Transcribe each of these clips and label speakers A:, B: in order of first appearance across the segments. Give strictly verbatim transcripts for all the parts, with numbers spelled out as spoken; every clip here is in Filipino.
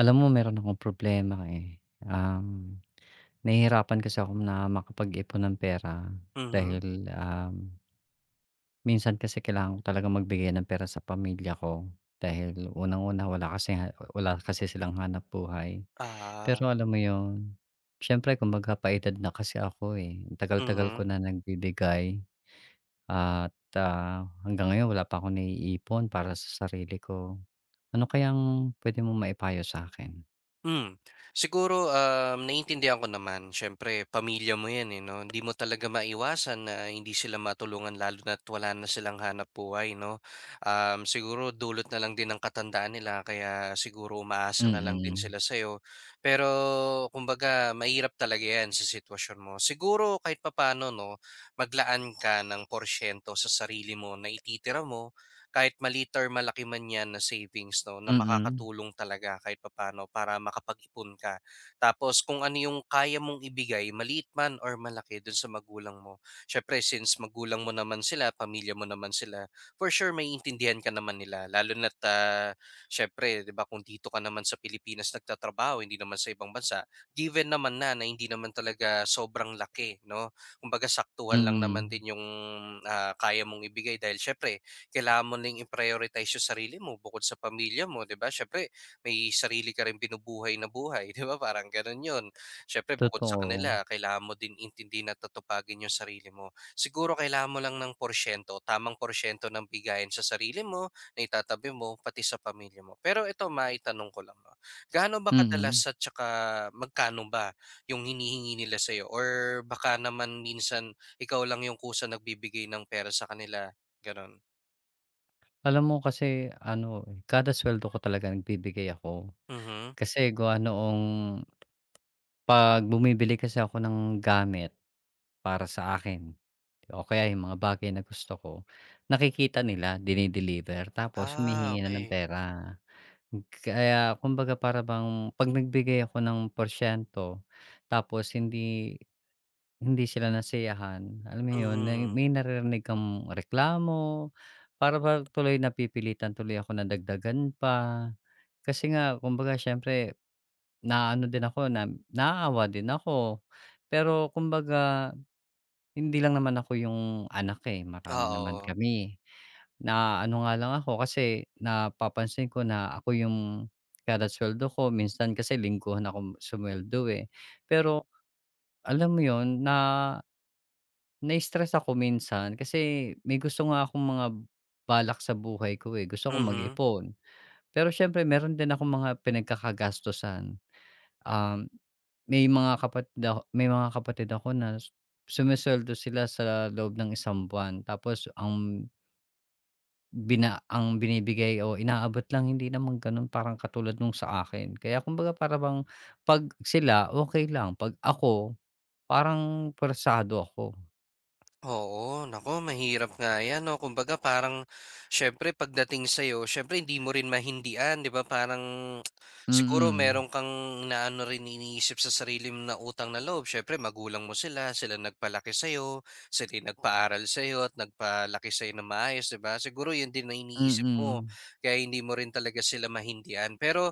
A: Alam mo meron akong problema, eh. Um, nahihirapan kasi ako na makapag-ipon ng pera
B: Mhm.
A: dahil, um, minsan kasi kailangan ko talagang magbigay ng pera sa pamilya ko dahil unang-una wala kasi wala kasi silang hanapbuhay.
B: Ah.
A: Pero alam mo yon, siyempre kumbaga pa na kasi ako, eh. Ang tagal-tagal
B: Mhm.
A: ko na nagbibigay at, ah, hanggang ngayon wala pa akong naiipon para sa sarili ko. Ano kayang puwede mong maipayo sa'kin?
B: Hmm. Siguro, um, naiintindihan ko naman siyempre pamilya mo 'yan, eh, 'no? Hindi mo talaga maiwasan na hindi sila matulungan lalo na't wala na silang hanap hanapbuhay, 'no? Um, siguro dulot na lang din ng katandaan nila kaya siguro umaasa na lang din
A: Mm.
B: sila sa'yo. Pero kumbaga mahirap talaga 'yan sa sitwasyon mo. Siguro kahit papaano, 'no, maglaan ka ng porsiyento sa sarili mo na ititira mo kahit maliit or malaki man 'yan na savings 'no, na
A: Mm,
B: makakatulong talaga kahit papaano para makapag-ipon ka. Tapos kung ano yung kaya mong ibigay, maliit man or malaki dun sa magulang mo. Siyempre since magulang mo naman sila, pamilya mo naman sila, for sure may intindihan ka naman nila lalo na ta siyempre 'di ba kung dito ka naman sa Pilipinas nagtatrabaho, hindi naman sa ibang bansa, given naman na, na hindi naman talaga sobrang laki 'no. Kumbaga saktuhan lang naman
A: mm.
B: din yung, ah, kaya mong ibigay dahil siyempre kailangan mo ring i-prioritize yung sarili mo bukod sa pamilya mo, 'di ba? Siyempre may sarili ka rin binubuhay na buhay, 'di ba? Parang gano'n 'yun. Siyempre bukod sa
A: Totoo,
B: kanila, kailangan mo din intindihin at tatupagin yung sarili mo. Siguro kailangan mo lang ng porsyento, tamang porsyento ng bigayan sa sarili mo, na itatabi mo, pati sa pamilya mo. Pero ito, maitanong ko lang, 'no? Gaano ba kadalas
A: mm.
B: at tsaka magkano ba yung hinihingi nila sa'yo or baka naman minsan ikaw lang yung kusa nagbibigay ng pera sa kanila, gano'n?
A: Alam mo kasi ano, eh, kada suweldo ko talaga nagbibigay ako.
B: Mhm.
A: Kasi gawa noong 'pag bumibili kasi ako ng gamit para sa akin o kaya yung mga bagay na gusto ko, nakikita nila, dine-deliver tapos
B: Ah,
A: humihingi na ng
B: okay.
A: pera. Kaya kumbaga para bang 'pag nagbigay ako ng porsiyento tapos hindi Hindi sila nasiyahan, alam mo yun, na
B: Mhm.
A: may naririnig kang reklamo, para bang tuloy napipilitan tuloy ako na dagdagan pa. Kasi nga kumbaga siyempre naaano din ako na naaawa din ako. Pero kumbaga hindi lang naman ako yung anak, eh, marami naman
B: Oo.
A: kami. Naaano nga lang ako kasi napapansin ko na ako yung kada suweldo ko minsan kasi lingguhan ako sumweldo, eh. Pero alam mo yon na na-stress ako minsan kasi may gusto nga akong mga balak sa buhay ko, eh, gusto kong
B: Mhm.
A: mag-ipon. Pero siyempre meron din akong mga pinagkakagastusan. Um, may mga kapatid ako may mga kapatid ako na sumesuweldo sila sa loob ng isang buwan tapos ang bina ang binibigay o inaabot lang hindi naman gano'n parang katulad nung sa akin. Kaya kumbaga para bang 'pag sila okay lang, 'pag ako parang persado ako.
B: Oo, naku mahirap nga 'yan 'no. Kumbaga parang siyempre pagdating sa'yo siyempre hindi mo rin mahindian, 'di ba? Parang siguro
A: Mm,
B: meron kang naano rin, iniisip sa sarili mo na utang na loob. Siyempre magulang mo sila, sila nagpalaki sa'yo, sila yung nagpaaral sa'yo at nagpalaki sa'yo ng maayos, 'di ba? Siguro 'yun din na iniisip mo,
A: mm.
B: kaya hindi mo rin talaga sila mahindian. Pero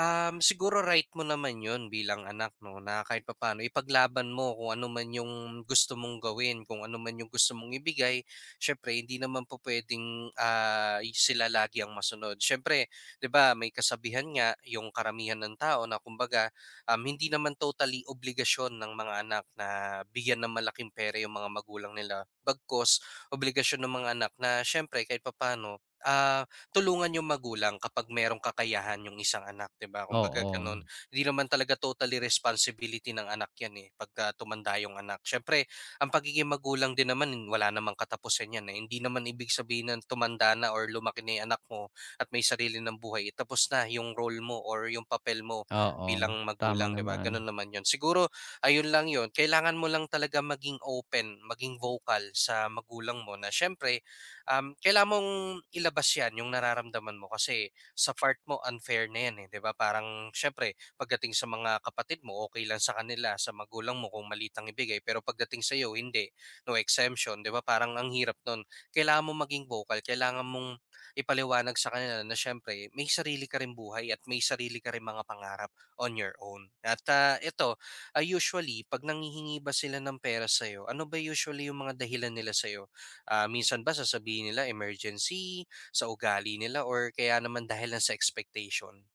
B: Um, siguro right mo naman 'yun bilang anak 'no, na kahit papaano ipaglaban mo kung ano man 'yung gusto mong gawin, kung ano man 'yung gusto mong ibigay. Siyempre hindi naman pupuwedeng, ah, y- sila lagi ang masunod. Siyempre 'di ba may kasabihan nga 'yung karamihan ng tao na kumbaga, um, hindi naman totally obligasyon ng mga anak na bigyan ng malaking pera 'yung mga magulang nila. Bagkus obligasyon ng mga anak na siyempre kahit papaano, ah, tulungan yung magulang kapag merong kakayahan yung isang anak, 'di ba? Kumbaga
A: Oo,
B: gano'n. Hindi naman talaga totally responsibility ng anak 'yan, eh, pagka tumanda yung anak. Siyempre ang pagiging magulang din naman wala namang katapusan 'yan, eh. Hindi naman ibig sabihin ng tumanda na or lumaki na yung anak mo at may sarili ng buhay, eh, tapos na yung role mo or yung papel mo
A: oo,
B: bilang
A: tama
B: magulang, 'di ba?
A: naman.
B: Gano'n naman yon. Siguro ayun lang yon. Kailangan mo lang talaga maging open, maging vocal sa magulang mo na siyempre, um, kailangan mong ilabas 'yan, yung nararamdaman mo kasi sa part mo unfair na 'yan, eh, 'di ba? Parang siyempre pagdating sa mga kapatid mo, okay lang sa kanila, sa magulang mo kung malitang ibigay, pero pagdating sa sa'yo hindi, no exemption, 'di ba? Parang ang hirap nun. Kailangan mo maging vocal, kailangan mong ipaliwanag sa kanila na siyempre may sarili ka ring buhay at may sarili ka ring mga pangarap on your own. At, ah, ito, ah, usually 'pag nanghihingi ba sila ng pera sa'yo, ano ba usually yung mga dahilan nila sa'yo? Ah, minsan ba sasabihin nila emergency sa ugali nila or kaya naman dahil lang sa expectation.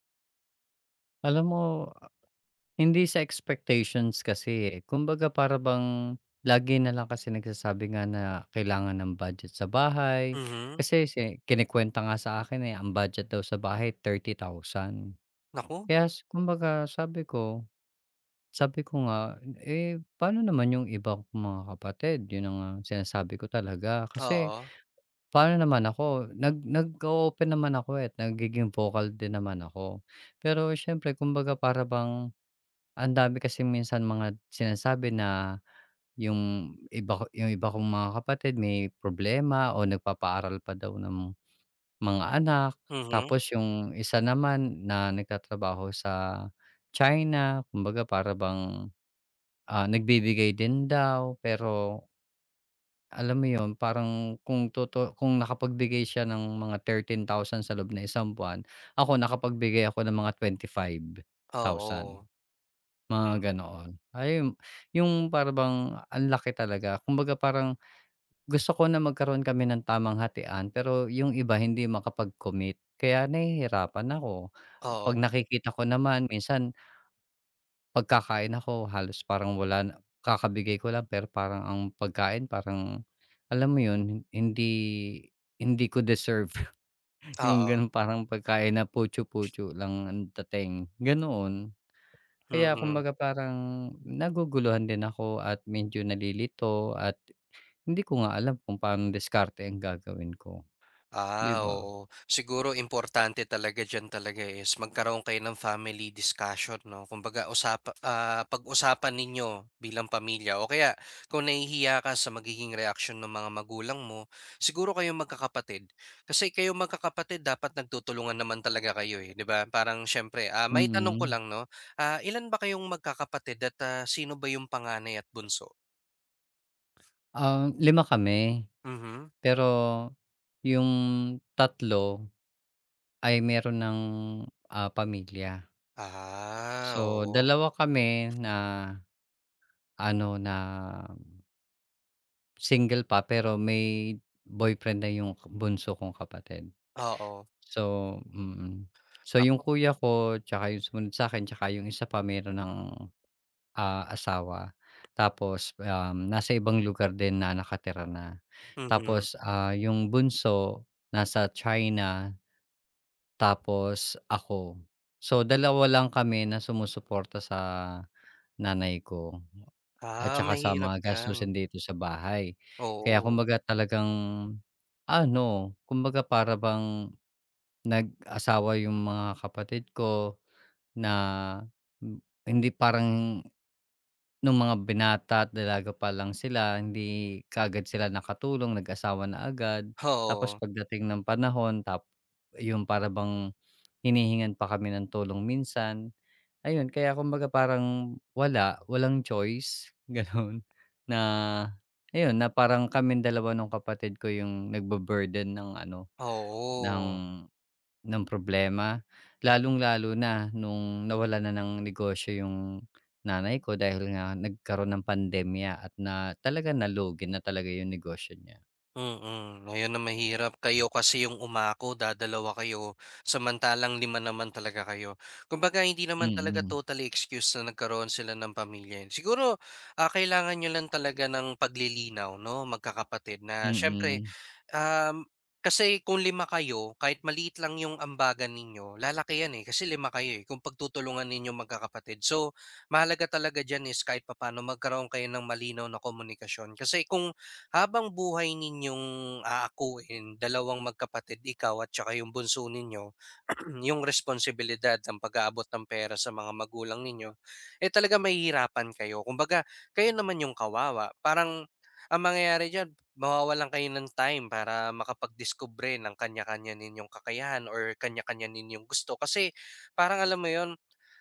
A: Alam mo, hindi sa expectations kasi, eh. Kumbaga para bang lagi na lang kasi nagsasabi nga na kailangan ng budget sa bahay.
B: Mhm.
A: Kasi si kinukuwenta nga sa akin, eh, ang budget daw sa bahay thirty thousand.
B: Naku,
A: Kaya s kumbaga sabi ko sabi ko nga, eh, paano naman yung iba kong mga kapatid? Yun ang, ah, sinasabi ko talaga kasi
B: oo.
A: paano naman ako, nag nag-o-open naman ako, eh, at nagiging vocal din naman ako. Pero siyempre kumbaga para bang ang dami kasi minsan mga sinasabi na yung iba ko yung iba kong mga kapatid may problema o nagpapaaral pa daw ng mga anak.
B: Mhm.
A: Tapos yung isa naman na nagtatrabaho sa China kumbaga para bang, ah, nagbibigay din daw pero alam mo 'yun, parang kung toto kung nakapagbigay siya ng mga thirteen thousand sa loob ng isang buwan, ako nakapagbigay ako ng mga twenty-five thousand,
B: Oo.
A: mga
B: Hmm.
A: ganoon. Ay 'yung para bang ang laki talaga. Kumbaga parang gusto ko na magkaroon kami ng tamang hatian, pero 'yung iba hindi makapag-commit, kaya nahihirapan ako.
B: Oo,
A: 'Pag nakikita ko naman minsan pagkakain ako halos parang wala na kakabigay ko lang pero parang ang pagkain parang alam mo yun, hindi hindi ko deserve yung
B: oo.
A: ganun parang pagkain na putyu-putyu lang ang dating, ganoon. Kaya
B: Mm.
A: kumbaga parang naguguluhan din ako at medyo nalilito at hindi ko nga alam kung paanong diskarte ang gagawin ko, 'di
B: Ah,
A: ba?
B: oo. Siguro importante talaga diyan talaga eh, is magkaroon kayo ng family discussion, 'no? Kumbaga usap, ah, pag-usapan ninyo bilang pamilya o kaya kung nahihiya ka sa magiging reaction ng mga magulang mo, siguro kayong magkakapatid. Kasi kayong magkakapatid dapat nagtutulungan naman talaga kayo, eh, 'di ba? Parang siyempre, ah, may tanong ko
A: Mm.
B: lang 'no, ah, ilan ba kayong magkakapatid at, ah, sino ba yung panganay at bunso?
A: Um, lima kami
B: Mhm.
A: pero yung tatlo ay meron ng, ah, pamilya.
B: Ah,
A: So,
B: oo.
A: dalawa kami na ano, na single pa pero may boyfriend na yung bunso kong kapatid.
B: Oo.
A: So mm. So, yung
B: Ako
A: kuya ko tsaka yung sumunod sa'kin tsaka yung isa pa meron ng, ah, asawa. Tapos, um, nasa ibang lugar din na nakatira na.
B: mhm.
A: Tapos, ah, yung bunso nasa China. Tapos ako. So, dalawa lang kami na sumusuporta sa nanay ko at
B: Ah,
A: saka sa
B: mahirap
A: mga
B: 'yan.
A: gastusin dito sa bahay. Kaya
B: Oo,
A: kumbaga talagang ano, kumbaga para bang nag-asawa yung mga kapatid ko na m hindi parang nung mga binata at dalaga pa lang sila, hindi kaagad sila nakatulong, nag-asawa na agad. Tapos
B: oo,
A: pagdating ng panahon tap yung para bang hinihingan pa kami ng tulong minsan, ayun kaya kumbaga parang wala, walang choice gano'n na ayun na parang kami dalawa nung kapatid ko yung nagbaburden ng ano, ng
B: oo.
A: ng problema. Lalong-lalo na nung nawala na ng negosyo yung nanay ko dahil nga nagkaroon ng pandemya at na talaga nalugi na talaga yung negosyo niya.
B: Mm, ayun ang mahirap. Kayo kasi yung umako, dadalawa kayo, samantalang lima naman talaga kayo. Kumbaga hindi naman talaga
A: Mm,
B: totally excuse na nagkaroon sila ng pamilya. Siguro, ah, kailangan nyo lang talaga ng paglilinaw, 'no, magkakapatid
A: mm,
B: na siyempre,
A: mm,
B: um, kasi kung lima kayo, kahit maliit lang yung ambagan ninyo, lalaki yan, eh, kasi lima kayo, eh, kung pagtutulungan ninyo magkakapatid. So, mahalaga talaga diyan is kahit papaano magkaroon kayo ng malinaw na komunikasyon kasi kung habang buhay ninyong aakuin, dalawang magkapatid, ikaw at tsaka yung bunso ninyo, yung responsibilidad ng pag-aabot ng pera sa mga magulang ninyo, eh talaga mahihirapan kayo. Kumbaga, kayo naman yung kawawa. Parang ang mangyayari dyan, mawawalan kayo ng time para makapag-discover ng kanya-kanya ninyong kakayahan or kanya-kanya ninyong gusto. Kasi parang alam mo yon,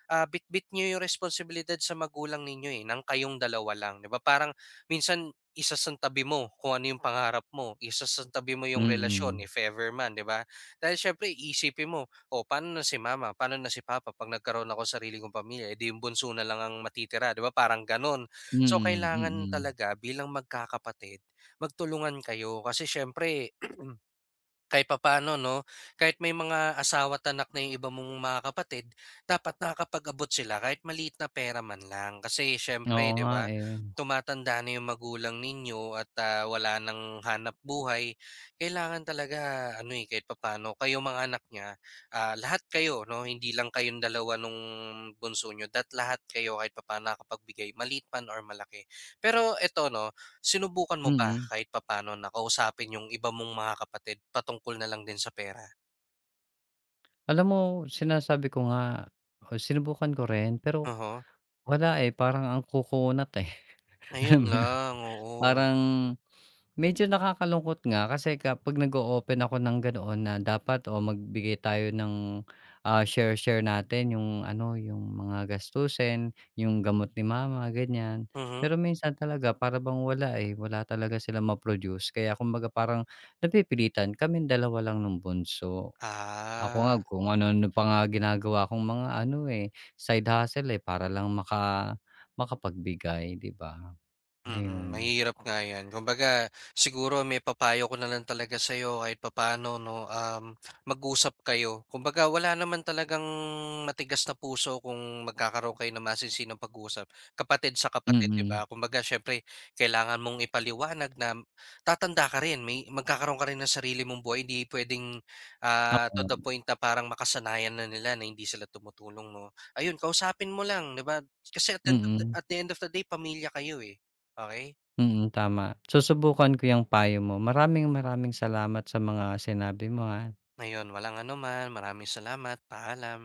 B: ah, bitbit nyo yung responsibilidad sa magulang ninyo, eh, ng kayong dalawa lang, 'di ba? Parang minsan isasantabi mo kung ano yung pangarap mo, isasantabi mo yung relasyon
A: mm,
B: if ever man, 'di ba? Dahil siyempre iisipin mo, o paano na si mama? Paano na si papa 'pag nagkaroon ako ng sarili kong pamilya? Eh, di yung bunso na lang ang matitira," 'di ba? Parang gano'n. So,
A: mm,
B: kailangan
A: mm.
B: talaga bilang magkakapatid, magtulungan kayo kasi siyempre kahit papaano 'no, kahit may mga asawa't anak na yung iba mong mga kapatid, dapat nakakapag-abot sila kahit maliit na pera man lang. Kasi
A: Oo
B: siyempre 'di
A: nga
B: ba,
A: eh,
B: tumatanda na yung magulang ninyo at, ah, wala nang hanap buhay. Kailangan talaga ano, eh, kahit papaano kayo mga anak niya, ah, lahat kayo 'no, hindi lang kayong dalawa nung bunso niyo, that lahat kayo kahit papaano nakakapagbigay maliit man or malaki. Pero eto 'no, sinubukan mo ba
A: mm.
B: kahit papaano na kausapin yung iba mong mga kapatid patungkol na lang din sa pera?
A: Alam mo, sinasabi ko nga, o sinubukan ko rin pero
B: Mhm.
A: wala, eh, parang ang kukunat, eh, alam
B: Ngayon
A: mo yun?
B: lang, oo.
A: Parang medyo nakakalungkot nga kasi kapag nag-o-open ako ng ganoon na dapat o magbigay tayo ng, ah, share-share natin yung ano, yung mga gastusin, yung gamot ni mama, ganyan.
B: Mhm.
A: Pero minsan talaga para bang wala, eh, wala talaga sila ma-produce kaya kumbaga parang napipilitan kami dalawa lang nung bunso. Ako nga
B: Ah.
A: kung ano-ano pa nga ginagawa kong mga ano, eh, side hustle, eh, para lang maka makapagbigay, 'di ba?
B: Mm,
A: Ayun,
B: mahirap nga 'yan. Kumbaga siguro may papayo ko na lang talaga sa'yo kahit papaano 'no, um, mag-usap kayo. Kumbaga wala naman talagang matigas na puso kung magkakaroon kayo ng masinsinang pag usap kapatid sa kapatid, 'di
A: mm,
B: ba? Kumbaga syempre kailangan mong ipaliwanag na tatanda ka rin, may magkakaroon ka rin ng sarili mong buhay. Hindi puwedeng, ah, to
A: oo,
B: the point na parang makasanayan na nila na hindi sila tumutulong 'no. Ayun, kausapin mo lang, 'di ba? Kasi at the end of the
A: mm,
B: at the end of the day pamilya kayo, eh. Okay.
A: mm, tama. Susubukan ko 'yang payo mo. Maraming maraming salamat sa mga sinabi mo, ha.
B: Ayun, walang anuman. Maraming salamat. Paalam.